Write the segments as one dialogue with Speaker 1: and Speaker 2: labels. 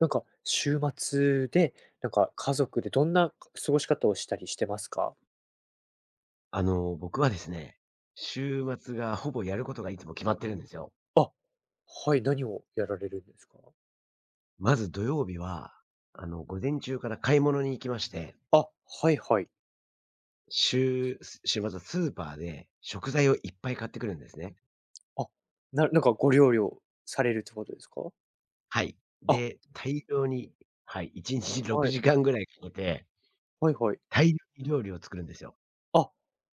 Speaker 1: なんか、週末で、なんか家族でどんな過ごし方をしたりしてますか？
Speaker 2: 僕はですね、週末がほぼやることがいつも決まってるんですよ。
Speaker 1: あ、はい、何をやられるんですか？
Speaker 2: まず土曜日は、午前中から買い物に行きまして、
Speaker 1: あ、はいはい。
Speaker 2: 週、週末はスーパーで食材をいっぱい買ってくるんですね。
Speaker 1: あ、なんかご料理をされるってことですか？
Speaker 2: はい。
Speaker 1: あ、
Speaker 2: で、大量に、はい、1日
Speaker 1: は
Speaker 2: 6
Speaker 1: い。
Speaker 2: 時間ぐらいかけて、
Speaker 1: はいはい。
Speaker 2: 大量に料理を作るんですよ。
Speaker 1: あ、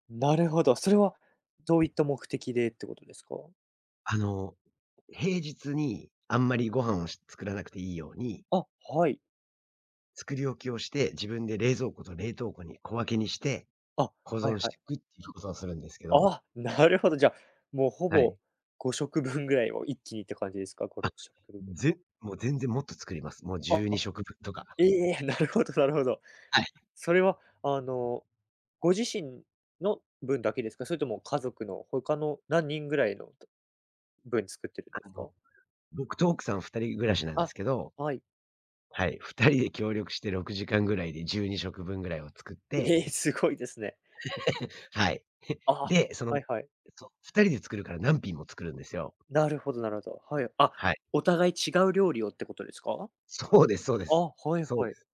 Speaker 1: なるほど。それはどういった目的でってことですか？
Speaker 2: あの、平日にあんまりご飯を作らなくていいように、
Speaker 1: あ、はい。
Speaker 2: 作り置きをして、自分で冷蔵庫と冷凍庫に小分けにして、
Speaker 1: あ、
Speaker 2: 保
Speaker 1: はい
Speaker 2: 存し
Speaker 1: は
Speaker 2: てい
Speaker 1: い。
Speaker 2: くっていうことをするんですけど、
Speaker 1: あ、なるほど。じゃあ、もうほ
Speaker 2: はい。
Speaker 1: ぼ5食分ぐらいを一気にって感じですか？5、
Speaker 2: あ、
Speaker 1: 6食分。
Speaker 2: もう全然もっと作ります。もう
Speaker 1: あ、
Speaker 2: 12食分とか。
Speaker 1: ええ、なるほどなるほど。
Speaker 2: はい。
Speaker 1: それは、ご自身の分だけですか？それとも家族の他の何人ぐらいの分作ってるんで
Speaker 2: あ
Speaker 1: す
Speaker 2: の、
Speaker 1: か？
Speaker 2: 僕と奥さん2人暮らしなんです
Speaker 1: あ、
Speaker 2: けど、
Speaker 1: はい。
Speaker 2: はい、2人で協力して6時間ぐらいで12食分ぐらいを作っ て、
Speaker 1: ええ、すごいですね。
Speaker 2: はい。
Speaker 1: あ、
Speaker 2: で、
Speaker 1: はいはい。
Speaker 2: そう、2人で作るから何品も作るんですよ。
Speaker 1: なるほどなるほど。はい。あ、
Speaker 2: はい。
Speaker 1: お互い違う料理をってことですか？
Speaker 2: そうですそうで
Speaker 1: あ、
Speaker 2: す。
Speaker 1: はい
Speaker 2: そう
Speaker 1: は
Speaker 2: で
Speaker 1: い。
Speaker 2: す。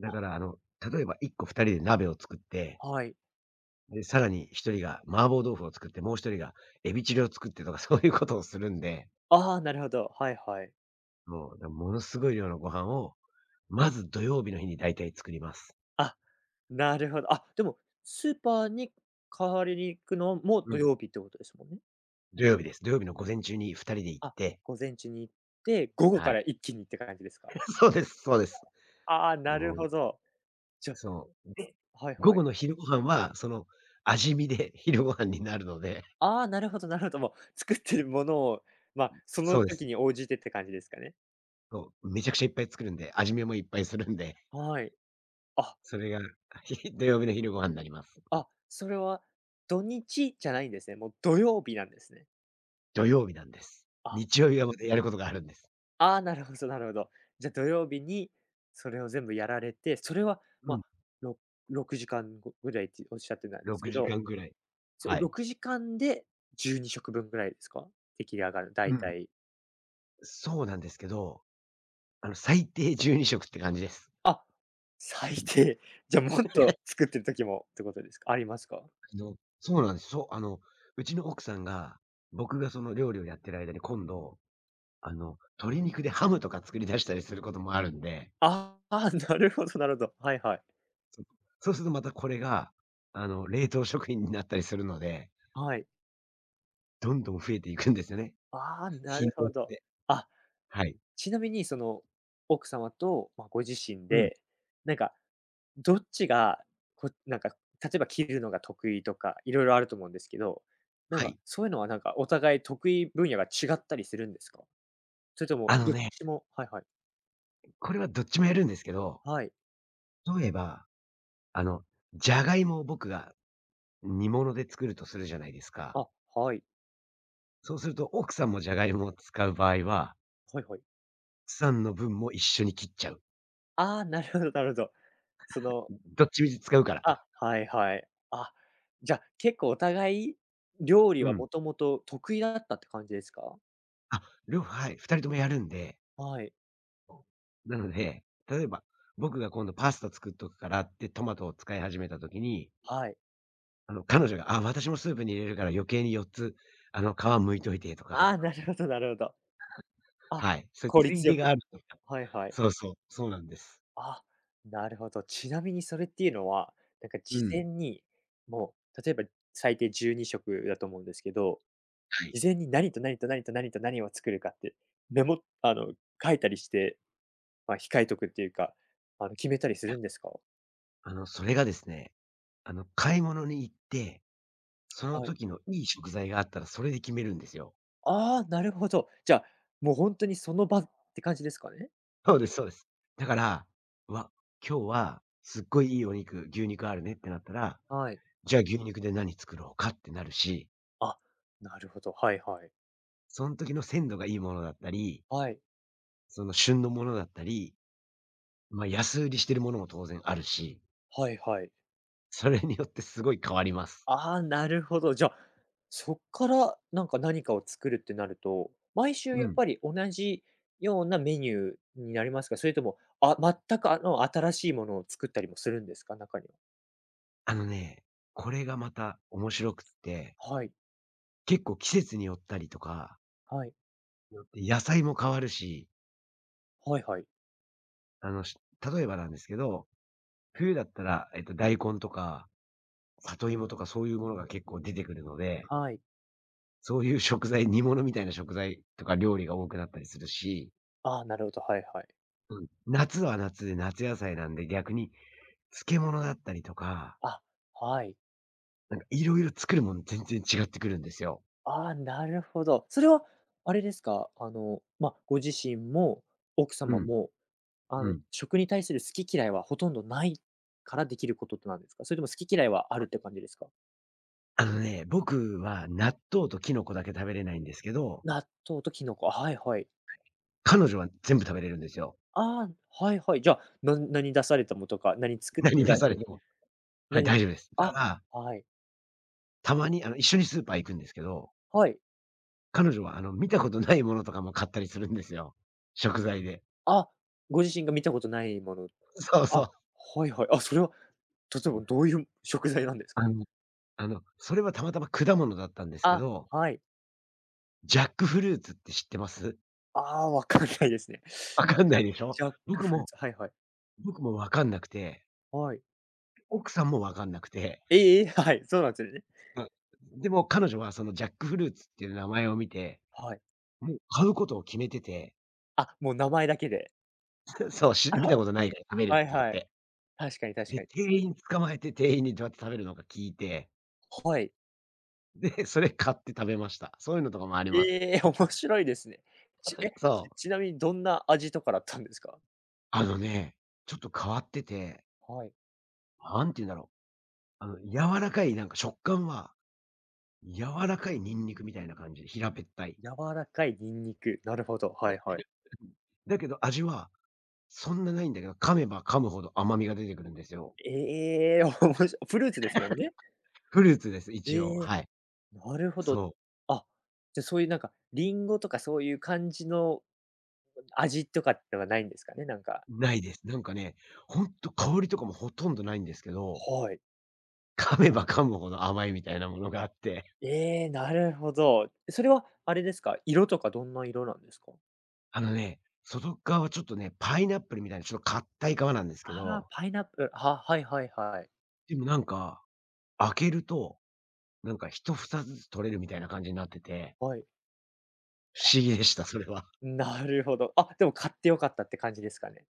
Speaker 2: だから例えば1個2人で鍋を作って、
Speaker 1: はい。
Speaker 2: で、さらに1人が麻婆豆腐を作って、もう1人がエビチリを作ってとかそういうことをするんで、
Speaker 1: ああ、なるほど。はいはい。
Speaker 2: もう、だ、ものすごい量のご飯をまず土曜日の日に大体作ります。
Speaker 1: あ、なるほど。あ、でも、スーパーに代わりに行くのも
Speaker 2: う
Speaker 1: 土
Speaker 2: ん、
Speaker 1: 曜日ってことですもんね。
Speaker 2: 土曜日です。土曜日の午前中に2人で行っ
Speaker 1: あ、
Speaker 2: て、
Speaker 1: 午前中に行って、午後
Speaker 2: は
Speaker 1: か
Speaker 2: い。
Speaker 1: ら一気にって感じですか？
Speaker 2: そうです、そうです。
Speaker 1: ああ、なる
Speaker 2: もう、
Speaker 1: ほど。じゃ
Speaker 2: そう。で、
Speaker 1: はい
Speaker 2: 午
Speaker 1: は
Speaker 2: 後
Speaker 1: い。
Speaker 2: の昼ご飯は、味見で 昼ご飯になるので、
Speaker 1: ああ、なるほどなるほど。もう作ってるものを、ま、そ
Speaker 2: そ
Speaker 1: の
Speaker 2: うで
Speaker 1: 時
Speaker 2: す。
Speaker 1: に応じてって感じですかね。
Speaker 2: そう、めちゃくちゃいっぱい作るんで、味見もいっぱいするんで、
Speaker 1: はい。あ、
Speaker 2: それが 土曜日の昼ご飯になります。
Speaker 1: あ、それは土日じゃないんですね。もう土曜日なんですね。
Speaker 2: 土曜日なんです。
Speaker 1: あ、
Speaker 2: 日曜日はまたやることがあるんです。
Speaker 1: ああ、なるほどなるほど。じゃ、土曜日にそれを全部やられて、それは、
Speaker 2: う
Speaker 1: ま、
Speaker 2: ん、
Speaker 1: ろ6時間ぐらいっておっしゃってたんです
Speaker 2: 6
Speaker 1: け
Speaker 2: 時
Speaker 1: ど、
Speaker 2: 間ぐらい。はい。
Speaker 1: 6時間で12食分ぐらいですか？出来上がる、大
Speaker 2: うん、
Speaker 1: 体。
Speaker 2: そうなんですけど、最低12食って感じです。
Speaker 1: あ、最低。じゃ、もっと作ってる時もってことですか？ありますか？
Speaker 2: そうなんです。そう、うちの奥さんが、僕がその料理をやってる間に今度、鶏肉でハムとか作り出したりすることもあるんで、
Speaker 1: ああ、なるほどなるほど。はいはい。
Speaker 2: そそうするとまたこれが、冷凍食品になったりするので、
Speaker 1: はい。
Speaker 2: どんどん増えていくんですよね。
Speaker 1: ああ、な
Speaker 2: 日に
Speaker 1: る
Speaker 2: よっ
Speaker 1: ほど。
Speaker 2: て。
Speaker 1: あ、
Speaker 2: はい。
Speaker 1: ちなみにその、奥様と、ま、ご自身
Speaker 2: うん。
Speaker 1: で、なんか、どっちが、なんか、例えば切るのが得意とか、色々あると思うんですけど、なん
Speaker 2: は
Speaker 1: か、
Speaker 2: い。
Speaker 1: そういうのはなんか、お互い得意分野が違ったりするんですか？それとも
Speaker 2: あの
Speaker 1: どっ
Speaker 2: ね、
Speaker 1: ちもはいはい。
Speaker 2: これはどっちもやるんですけど、
Speaker 1: はい。
Speaker 2: 例えば、あの、じゃがいもを僕が煮物で作るとするじゃないですか。
Speaker 1: あ、はい。
Speaker 2: そうすると奥さんもじゃがいもを使う場合は、
Speaker 1: はいはい。
Speaker 2: 奥さんの分も一緒に切っちゃう。
Speaker 1: ああ、なるほどなるほど。その
Speaker 2: どっちみち使うから。
Speaker 1: あ、はいはい。あ、じゃ、結構お互い、料理
Speaker 2: う
Speaker 1: は
Speaker 2: ん。
Speaker 1: もともと得意だったって感じですか？
Speaker 2: あ、両方、はい、2人ともやるんで。
Speaker 1: はい、
Speaker 2: なので、例えば、僕が今度パスタ作っとくからってトマトを使い始めた時に、
Speaker 1: はい。
Speaker 2: 彼女が、あ、私もスープに入れるから余計に4つ、皮剥いといてと
Speaker 1: あ
Speaker 2: か、
Speaker 1: あ、なるほどなるほど。あ、
Speaker 2: はい、そういう
Speaker 1: 効
Speaker 2: つい
Speaker 1: 率よ
Speaker 2: でが
Speaker 1: く
Speaker 2: あるとか。
Speaker 1: はいはい。
Speaker 2: そうそう、そうなんです。
Speaker 1: あ、なるほど。ちなみにそれっていうのは、なんか
Speaker 2: う
Speaker 1: 事
Speaker 2: ん。
Speaker 1: 前に、もう、例えば最低12食だと思うんですけど、
Speaker 2: はい。
Speaker 1: 事前に何と何と何と何と何を作るかって、メモ書いたりして、まあ、控えとくっていうか、決めたり
Speaker 2: い
Speaker 1: す
Speaker 2: や、
Speaker 1: るんですか？
Speaker 2: それがですね、買い物に行って、その
Speaker 1: はい。
Speaker 2: 時のいい食材があったらそれで決めるんですよ。
Speaker 1: ああ、なるほど。じゃあ、もう本当にその場って感じですかね？
Speaker 2: そうですそうです。だから、うわ、今日はすっごいいいお肉、牛肉あるねってなったら、
Speaker 1: はい。
Speaker 2: じゃあ牛肉で何作ろうかってなるし、
Speaker 1: あ、なるほど、はいはい。
Speaker 2: その時の鮮度がいいものだったり、
Speaker 1: はい。
Speaker 2: その旬のものだったり、ま、安売りしてるものも当然あるし、
Speaker 1: はいはい。
Speaker 2: それによってすごい変わります。
Speaker 1: ああ、なるほど。じゃあ、そっからなんか何かを作るってなると、毎週
Speaker 2: う
Speaker 1: やっ
Speaker 2: ん。
Speaker 1: ぱり同じようなメニューになりますか？それとも、あ、全く新しいものを作ったりもするんですか？中には。
Speaker 2: あのね、これがまた面白くって、
Speaker 1: はい、
Speaker 2: 結構季節によったりとか、
Speaker 1: はい、
Speaker 2: よって野菜も変わるし、
Speaker 1: はいはい。
Speaker 2: あの、し例えばなんですけど、冬だったら、えっと、大根とか里芋とかそういうものが結構出てくるので、
Speaker 1: はい。
Speaker 2: そういう食材、煮物みたいな食材とか料理が多くなったりするし、
Speaker 1: ああ、なるほど、はいはい。
Speaker 2: うん、夏は夏で夏野菜なんで逆に漬物だったりとか、
Speaker 1: あ、はい。
Speaker 2: なんかいろいろ作るもの全然違ってくるんですよ。
Speaker 1: ああ、なるほど。それはあれですか、まあ、ご自身も奥
Speaker 2: う
Speaker 1: 様
Speaker 2: ん、
Speaker 1: も、
Speaker 2: うん。
Speaker 1: 食に対する好き嫌いはほとんどないからできることってなんですか？それとも好き嫌いはあるって感じですか？
Speaker 2: あのね、僕は納豆とキノコだけ食べれないんですけど、
Speaker 1: 納豆とキノコ、はいはい。
Speaker 2: 彼女は全部食べれるんですよ。
Speaker 1: ああ、はいはい。じゃあ、何出されたもとか、何作って
Speaker 2: 何
Speaker 1: も
Speaker 2: 出
Speaker 1: 大
Speaker 2: さ
Speaker 1: 丈
Speaker 2: れ
Speaker 1: 夫
Speaker 2: ても。はい、
Speaker 1: 何
Speaker 2: 大丈夫です。
Speaker 1: あ、
Speaker 2: だから、
Speaker 1: はい、
Speaker 2: たまに一緒にスーパー行くんですけど、
Speaker 1: はい。
Speaker 2: 彼女は見たことないものとかも買ったりするんですよ、食材で。
Speaker 1: あ、ご自身が見たことないもの
Speaker 2: そう
Speaker 1: あ、
Speaker 2: そう。
Speaker 1: はいはい。あ、それは例えばどういう食材なんで すか？
Speaker 2: あのそれはたまたま果物だったんですけ
Speaker 1: あ、
Speaker 2: ど、
Speaker 1: はい。
Speaker 2: ジャックフルーツって知ってます？
Speaker 1: ああ、わかんないですね。
Speaker 2: わかん
Speaker 1: ジ
Speaker 2: な
Speaker 1: ャ
Speaker 2: いでしょ？
Speaker 1: ジャック
Speaker 2: 僕
Speaker 1: フルー
Speaker 2: も
Speaker 1: ツ、はいはい。
Speaker 2: 僕もわかんなくて、
Speaker 1: はい。
Speaker 2: 奥さんもわかんなくて、
Speaker 1: ええ、はい、そうなんですね。
Speaker 2: うん。でも彼女はそのジャックフルーツっていう名前を見て、
Speaker 1: はい。
Speaker 2: もう買うことを決めてて、
Speaker 1: あ、もう名前だけで。
Speaker 2: そう、見た ことないから食べるっ
Speaker 1: は
Speaker 2: て
Speaker 1: い
Speaker 2: 言っ
Speaker 1: はい。
Speaker 2: て。
Speaker 1: 確かに確
Speaker 2: で、
Speaker 1: かに。
Speaker 2: 店員捕まえて店員にどうやって食べるのか聞いて、
Speaker 1: はい。
Speaker 2: で、それ買って食べました。そういうのとかもあります。
Speaker 1: ええ、面白いですね。ちえ、
Speaker 2: そ
Speaker 1: ち
Speaker 2: う。
Speaker 1: ちなみにどんな味とかだったんですか？
Speaker 2: あのね、ちょっと変わってて、
Speaker 1: はい。
Speaker 2: なんて言うんだろう。柔らかいなんか食感は、柔らかいニンニクみたいな感じで、平べったい。
Speaker 1: 柔らかいニンニク、なるほど、はいはい。
Speaker 2: だけど味は、そんなないんだけど、噛めば噛むほど甘みが出てくるんですよ。
Speaker 1: ええ、おもしフルーツですもんね。
Speaker 2: フルーツです、
Speaker 1: え
Speaker 2: 一応。
Speaker 1: え、
Speaker 2: はい。
Speaker 1: なるほど。
Speaker 2: そう。
Speaker 1: あ、じゃ、そういうなんか、リンゴとかそういう感じの味とかではないんですかね、なんか。
Speaker 2: ないです。なんかね、ほんと香りとかもほとんどないんですけど、
Speaker 1: はい。
Speaker 2: 噛めば噛むほど甘いみたいなものがあって、
Speaker 1: ええ、なるほど。それはあれですか、色とかどんな色なんですか？
Speaker 2: あのね、外側はちょっとね、パイナップルみたいなちょっと硬い皮なんですけ
Speaker 1: ああ、
Speaker 2: ど、
Speaker 1: パイナップル、はいはいはい。
Speaker 2: でもなんか、開けると、なんか一房ずつ取れるみたいな感じになってて、
Speaker 1: はい。
Speaker 2: 不
Speaker 1: あ、
Speaker 2: 思議でした、それは。
Speaker 1: なるほど。あ、でも買って良かったって感じですかね？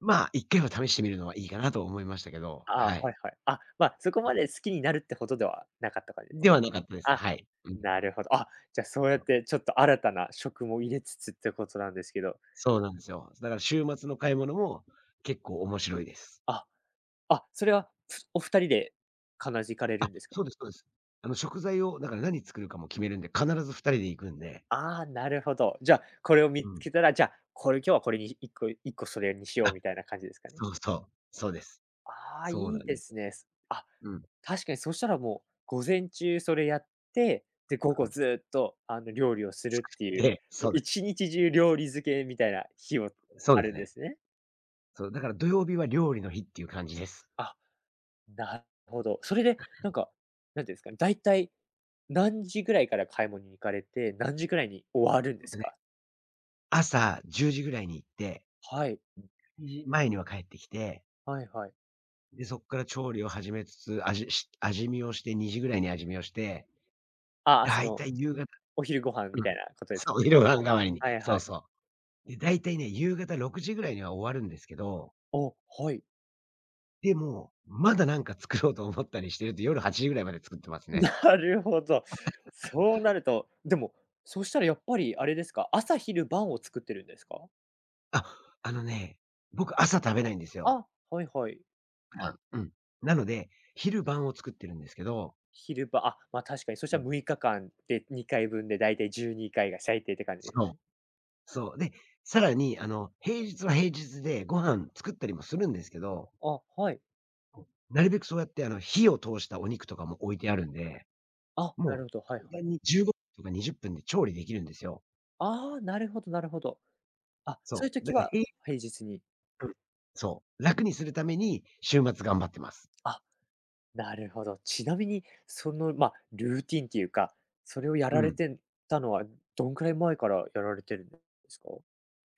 Speaker 2: まあ、一回は試してみるのはいいかなと思いましたけど、
Speaker 1: ああ、
Speaker 2: はい。
Speaker 1: はいはい。あ、まあ、そこま
Speaker 2: で
Speaker 1: で好きになるってほどではなかった感じです。
Speaker 2: ではなかったです。
Speaker 1: あ、
Speaker 2: はい。うん。
Speaker 1: なるほど。あ、じゃ、そうやっ
Speaker 2: そう
Speaker 1: てちょっと新たな食も入れつつってことなんですけど。
Speaker 2: なんですよ。だから週末の買い物も結構面白いです。
Speaker 1: あ、あ、それは、お二人で必ず行かれ
Speaker 2: あ、
Speaker 1: るんですか？
Speaker 2: そうですそうです。食材をだから何作るかも決めるんで、必ず二人で行くんで。
Speaker 1: ああ、なるほど。じゃあ、これを
Speaker 2: う
Speaker 1: 見つ
Speaker 2: ん。
Speaker 1: けたら、じゃあ、これ今日はこれに1個1個それにしよう
Speaker 2: あ、
Speaker 1: みたいな感じですかね？
Speaker 2: そうそう。そうです。
Speaker 1: ああ、い
Speaker 2: そうな
Speaker 1: い
Speaker 2: ん
Speaker 1: で
Speaker 2: です
Speaker 1: す
Speaker 2: よ。
Speaker 1: ね。あ、
Speaker 2: うん、う
Speaker 1: 確かにそしたらもう、午前中それやって、で、午後
Speaker 2: ん。
Speaker 1: ずっと、料理をするっていう、
Speaker 2: で、
Speaker 1: も
Speaker 2: そ
Speaker 1: う
Speaker 2: うです。
Speaker 1: 1日中料理漬けみたいな日も
Speaker 2: そう
Speaker 1: あ
Speaker 2: です
Speaker 1: るんで
Speaker 2: ね。
Speaker 1: すね。
Speaker 2: そう、だから土曜日は料理の日っていう感じです。
Speaker 1: あ、なるほど。それで、なんか、なんていうんですかね、だいたい何時ぐらいから買い物に行かれて、何時ぐらいに終わるん
Speaker 2: ほ
Speaker 1: で
Speaker 2: ん
Speaker 1: す
Speaker 2: とね、
Speaker 1: か？
Speaker 2: 朝10時ぐらいに行って、
Speaker 1: はい、
Speaker 2: 前には帰ってきて
Speaker 1: はいはい。
Speaker 2: で、そっから調理を始めつつ、味見をして、2時ぐらいに味見をして、
Speaker 1: ああ、そ
Speaker 2: だい
Speaker 1: の
Speaker 2: たい夕方うん。
Speaker 1: お昼ご飯み たいなことですも
Speaker 2: そ
Speaker 1: ん
Speaker 2: う、
Speaker 1: ね。
Speaker 2: 昼ご飯代わりに。
Speaker 1: はい
Speaker 2: そ
Speaker 1: は
Speaker 2: う
Speaker 1: い。
Speaker 2: そう。で、だいたいね、夕方6時ぐらいには終わるんですけど、
Speaker 1: お、はい。
Speaker 2: でも、まだなんか作ろうと思ったりしてると、夜8時ぐらいまで作ってますね。
Speaker 1: なるほど。そうなると、でも、そしたらやっぱりあれですか、朝昼晩を作ってるんですか？
Speaker 2: あ、あのね、僕朝食べないんですよ。
Speaker 1: あ、はいはい。
Speaker 2: 普段。うん。なので、昼晩を作ってるんですけど
Speaker 1: 昼晩、あ、ま、確かにそし
Speaker 2: う
Speaker 1: たら
Speaker 2: ん。
Speaker 1: 6日間で2回分でだいたい12回が最低って感じです
Speaker 2: そう、
Speaker 1: ね。
Speaker 2: そう。で、さらに平日は平日でご飯作ったりもするんですけど
Speaker 1: あ、はい。
Speaker 2: なるべくそうやって、火を通したお肉とかも置いてあるんで、
Speaker 1: あ、な
Speaker 2: も
Speaker 1: るほど、は
Speaker 2: う
Speaker 1: いは
Speaker 2: 簡
Speaker 1: い。
Speaker 2: 単に15分とか20分で調理できるんですよ。
Speaker 1: ああ、なるほどなるほど。あ、そう
Speaker 2: そ
Speaker 1: いう
Speaker 2: う。だ
Speaker 1: 時
Speaker 2: から
Speaker 1: は
Speaker 2: へい
Speaker 1: 平日に。
Speaker 2: うん。そう、楽にするために週末頑張ってます。
Speaker 1: あ、なるほど。ちなみに、まあ、ルーティンっていうか、それをや
Speaker 2: う
Speaker 1: られ
Speaker 2: ん。
Speaker 1: てたのは、どんくらい前からやられてるんですか？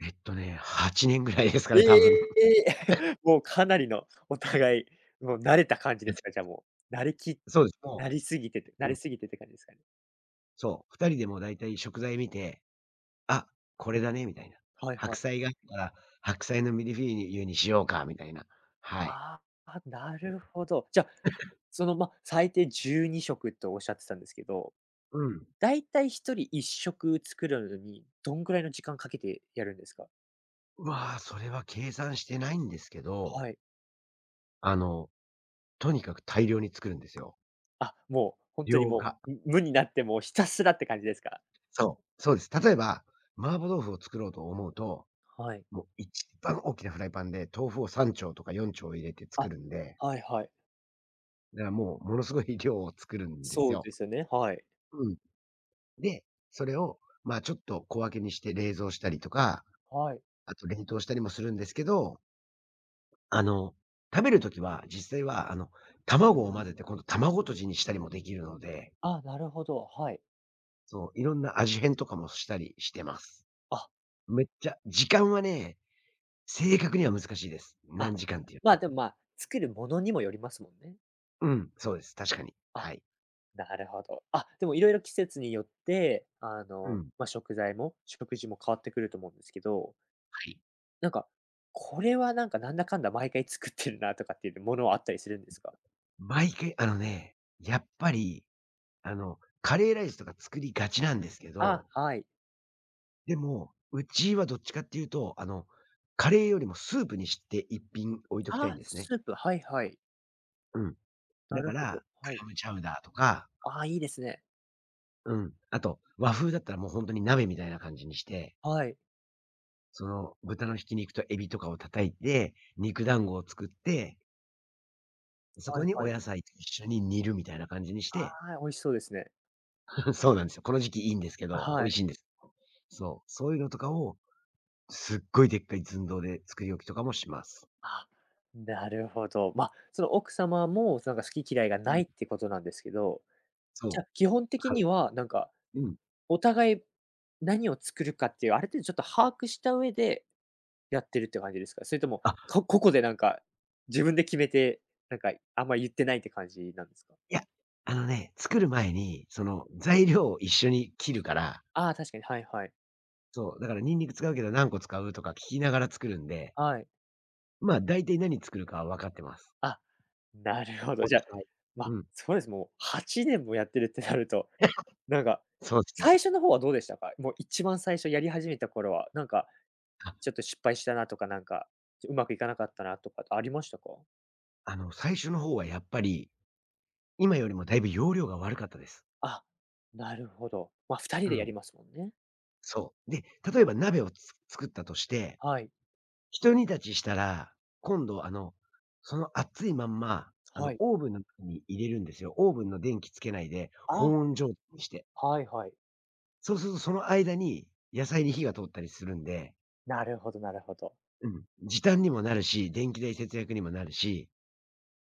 Speaker 2: えっとね、8年ぐらいですか
Speaker 1: え
Speaker 2: ね、多分。
Speaker 1: え もうかなりのお互い、もう慣れた感じで
Speaker 2: やつ
Speaker 1: すか？じゃあもう、
Speaker 2: そうです。も
Speaker 1: 慣れすぎてて慣
Speaker 2: う、う
Speaker 1: れ
Speaker 2: ん、
Speaker 1: すぎてって感じですかね？
Speaker 2: そう、2人でもう大体食材見て、あ、これだねみたいな。
Speaker 1: はい
Speaker 2: 白
Speaker 1: はい。
Speaker 2: 菜があったら、白菜のミルフィーユにしようかみたいな。はい。
Speaker 1: ああ、なるほど。じゃあ、まあ、最低12食とおっしゃってたんですけど、
Speaker 2: うん。
Speaker 1: だいたい1人1食作るのに、どんくらいの時間かけてやるんですか？
Speaker 2: うわ、それは計算してないんですけど、
Speaker 1: はい。
Speaker 2: あのとにかく大量に作るんですよ。
Speaker 1: あ、もう、本当に
Speaker 2: 量
Speaker 1: も
Speaker 2: が。
Speaker 1: う、無になって、もうひたすらって感じですか？
Speaker 2: そう、そうです。例えば、麻婆豆腐を作ろうと思うと、
Speaker 1: はい。
Speaker 2: もう一番大きなフライパンで豆腐を3丁とか4丁入れて作
Speaker 1: あ、
Speaker 2: るんで、
Speaker 1: はいはい。
Speaker 2: だからもうものすごい量を作るんです
Speaker 1: そう
Speaker 2: よ。
Speaker 1: ですよね、はい。
Speaker 2: うん。で、それを、まあ、ちょっと小分けにして冷蔵したりとか、
Speaker 1: はい。
Speaker 2: あと冷凍したりもするんですけど、あの、食べるときは実際は、卵を混ぜて今度卵とじにしたりもできるので、
Speaker 1: あ、なるほど、はい。
Speaker 2: そう、いろんな味変とかもしたりしてます。
Speaker 1: あ、
Speaker 2: めっちゃ時間はね、正確には難しいです。
Speaker 1: あ。
Speaker 2: 何時間っていうの
Speaker 1: まあ、
Speaker 2: は。
Speaker 1: でも、まあ、作るものにもよりますもんね。
Speaker 2: うん、そうです。確かに。
Speaker 1: あ、
Speaker 2: はい。
Speaker 1: なるほど。あ、でもいろいろ季節によって、
Speaker 2: うん。
Speaker 1: まあ、食材も、食事も変わってくると思うんですけど、
Speaker 2: はい。
Speaker 1: なんか、これはなんか、なんだかんだ毎回作ってるなとかっていうものはあったりするんですか？
Speaker 2: 毎回、あのね、やっぱり、カレーライスとか作りがちなんですけ
Speaker 1: あ、
Speaker 2: ど、
Speaker 1: はい。
Speaker 2: でも、うちはどっちかっていうと、カレーよりもスープにして一品置いときたいん
Speaker 1: あ、
Speaker 2: ですね。
Speaker 1: スープ、はいはい。
Speaker 2: うん。
Speaker 1: な
Speaker 2: だか
Speaker 1: るほど、
Speaker 2: ら、ク
Speaker 1: はい。
Speaker 2: ラムチャウダーとか、
Speaker 1: ああ、いいですね。
Speaker 2: うん。あと、和風だったらもう本当に鍋みたいな感じにして、
Speaker 1: はい。
Speaker 2: その豚のひき肉とエビとかを叩いて、肉団子を作って、そ
Speaker 1: は
Speaker 2: こ
Speaker 1: い
Speaker 2: にお
Speaker 1: はい。
Speaker 2: 野菜と一緒に煮るみたいな感じにし
Speaker 1: あ
Speaker 2: て、
Speaker 1: あ、美味しそうですね。
Speaker 2: そうなんですよ。この時期いいんですけ
Speaker 1: あ、
Speaker 2: ど、美
Speaker 1: は
Speaker 2: 味
Speaker 1: い。
Speaker 2: しいんです。そう、そういうのとかを、すっごいでっかい寸胴で作り置きとかもします。
Speaker 1: あ、なるほど。ま、その奥様も、なんか好き嫌いが
Speaker 2: う
Speaker 1: な
Speaker 2: ん、
Speaker 1: いってことなんですけど、じゃ
Speaker 2: そ
Speaker 1: あ、基本
Speaker 2: う、
Speaker 1: 的
Speaker 2: はい。
Speaker 1: にはなんか、
Speaker 2: うん。
Speaker 1: お互い何を作るかっていう、ある程度ちょっと把握した上でやってるって感じですか？それとも、
Speaker 2: あ、
Speaker 1: 個々でなんか、自分で決めて、なんかあんま言ってないって感じなんですか？
Speaker 2: いや、あのね、作る前に、その材料を一緒に切るから、
Speaker 1: ああ、確かに、はいはい。
Speaker 2: そう、だからニンニク使うけど何個使うとか聞きながら作るんで、
Speaker 1: はい。
Speaker 2: まあ、大体何作るかは分かってます。
Speaker 1: あ なるほど。
Speaker 2: お
Speaker 1: じゃあ、
Speaker 2: 互い。
Speaker 1: ま、あ
Speaker 2: うん、
Speaker 1: そうです、もう8年もやってるってなると、なんか、
Speaker 2: そうですね。
Speaker 1: 最初の方はどうでしたか？もう一番最初やり始めた頃は、なんか、
Speaker 2: あ、
Speaker 1: ちょっと失敗したなとか、なんか、うまくいかなかったなとかありましたか？
Speaker 2: 最初の方はやっぱり、今よりもだいぶ容量が悪かったです。
Speaker 1: あ、なるほど。ま、あ2人
Speaker 2: う
Speaker 1: でや
Speaker 2: ん。
Speaker 1: りますもんね。
Speaker 2: そう。で、例えば鍋をつ作ったとして、
Speaker 1: はい。
Speaker 2: 一煮立ちしたら、今度その熱いまんま、
Speaker 1: はい。
Speaker 2: オーブンの中に入れるんですよ。オーブンの電気つけないで、保
Speaker 1: あ、
Speaker 2: 温状態にして。
Speaker 1: はいはい。
Speaker 2: そうするとその間に野菜に火が通ったりするんで、
Speaker 1: なるほどなるほど。
Speaker 2: うん、時短にもなるし、電気代節約にもなるし、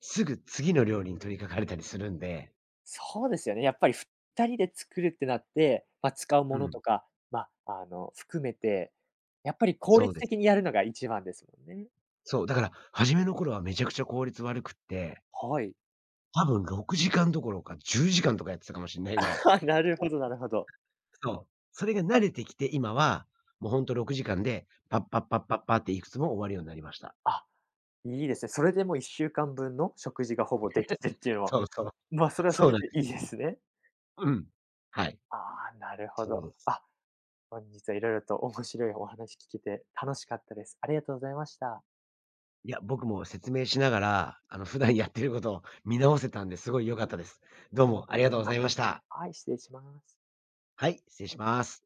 Speaker 2: すぐ次の料理に取り掛かれたりするんで、
Speaker 1: そうですよね。やっぱり2人で作るってなって、まあ、使う
Speaker 2: う
Speaker 1: もの
Speaker 2: ん、
Speaker 1: とか、まあ、含めて、やっぱり効
Speaker 2: そう
Speaker 1: 率
Speaker 2: です。
Speaker 1: 的にやるのが一番ですもんね。
Speaker 2: そう、だから初めの頃はめちゃくちゃ効率悪くって、
Speaker 1: はい。
Speaker 2: 多分6時間どころか10時間とかやってたかもしれないぐらい。
Speaker 1: なるほどなるほど。
Speaker 2: そう。それが慣れてきて、今は、もうほんと6時間で、パッパッパッパッパっていくつも終わるようになりました。
Speaker 1: あ、いいですね。それでもう1週間分の食事がほぼできてっていうのは、
Speaker 2: そうそう。
Speaker 1: まあ、それはそ
Speaker 2: そう
Speaker 1: れ
Speaker 2: なん
Speaker 1: で
Speaker 2: で
Speaker 1: い
Speaker 2: す。
Speaker 1: いですね。
Speaker 2: うん。はい。
Speaker 1: ああ、なるほ
Speaker 2: そう
Speaker 1: ど。
Speaker 2: です。
Speaker 1: あ、本日はいろいろと面白いお話聞けて楽しかったです。ありがとうございました。
Speaker 2: いや、僕も説明しながら、普段やってることを見直せたんで、すごい良かったです。どうもありがとうござ
Speaker 1: あ、
Speaker 2: いました。
Speaker 1: はい、失礼します。
Speaker 2: はい、失礼します。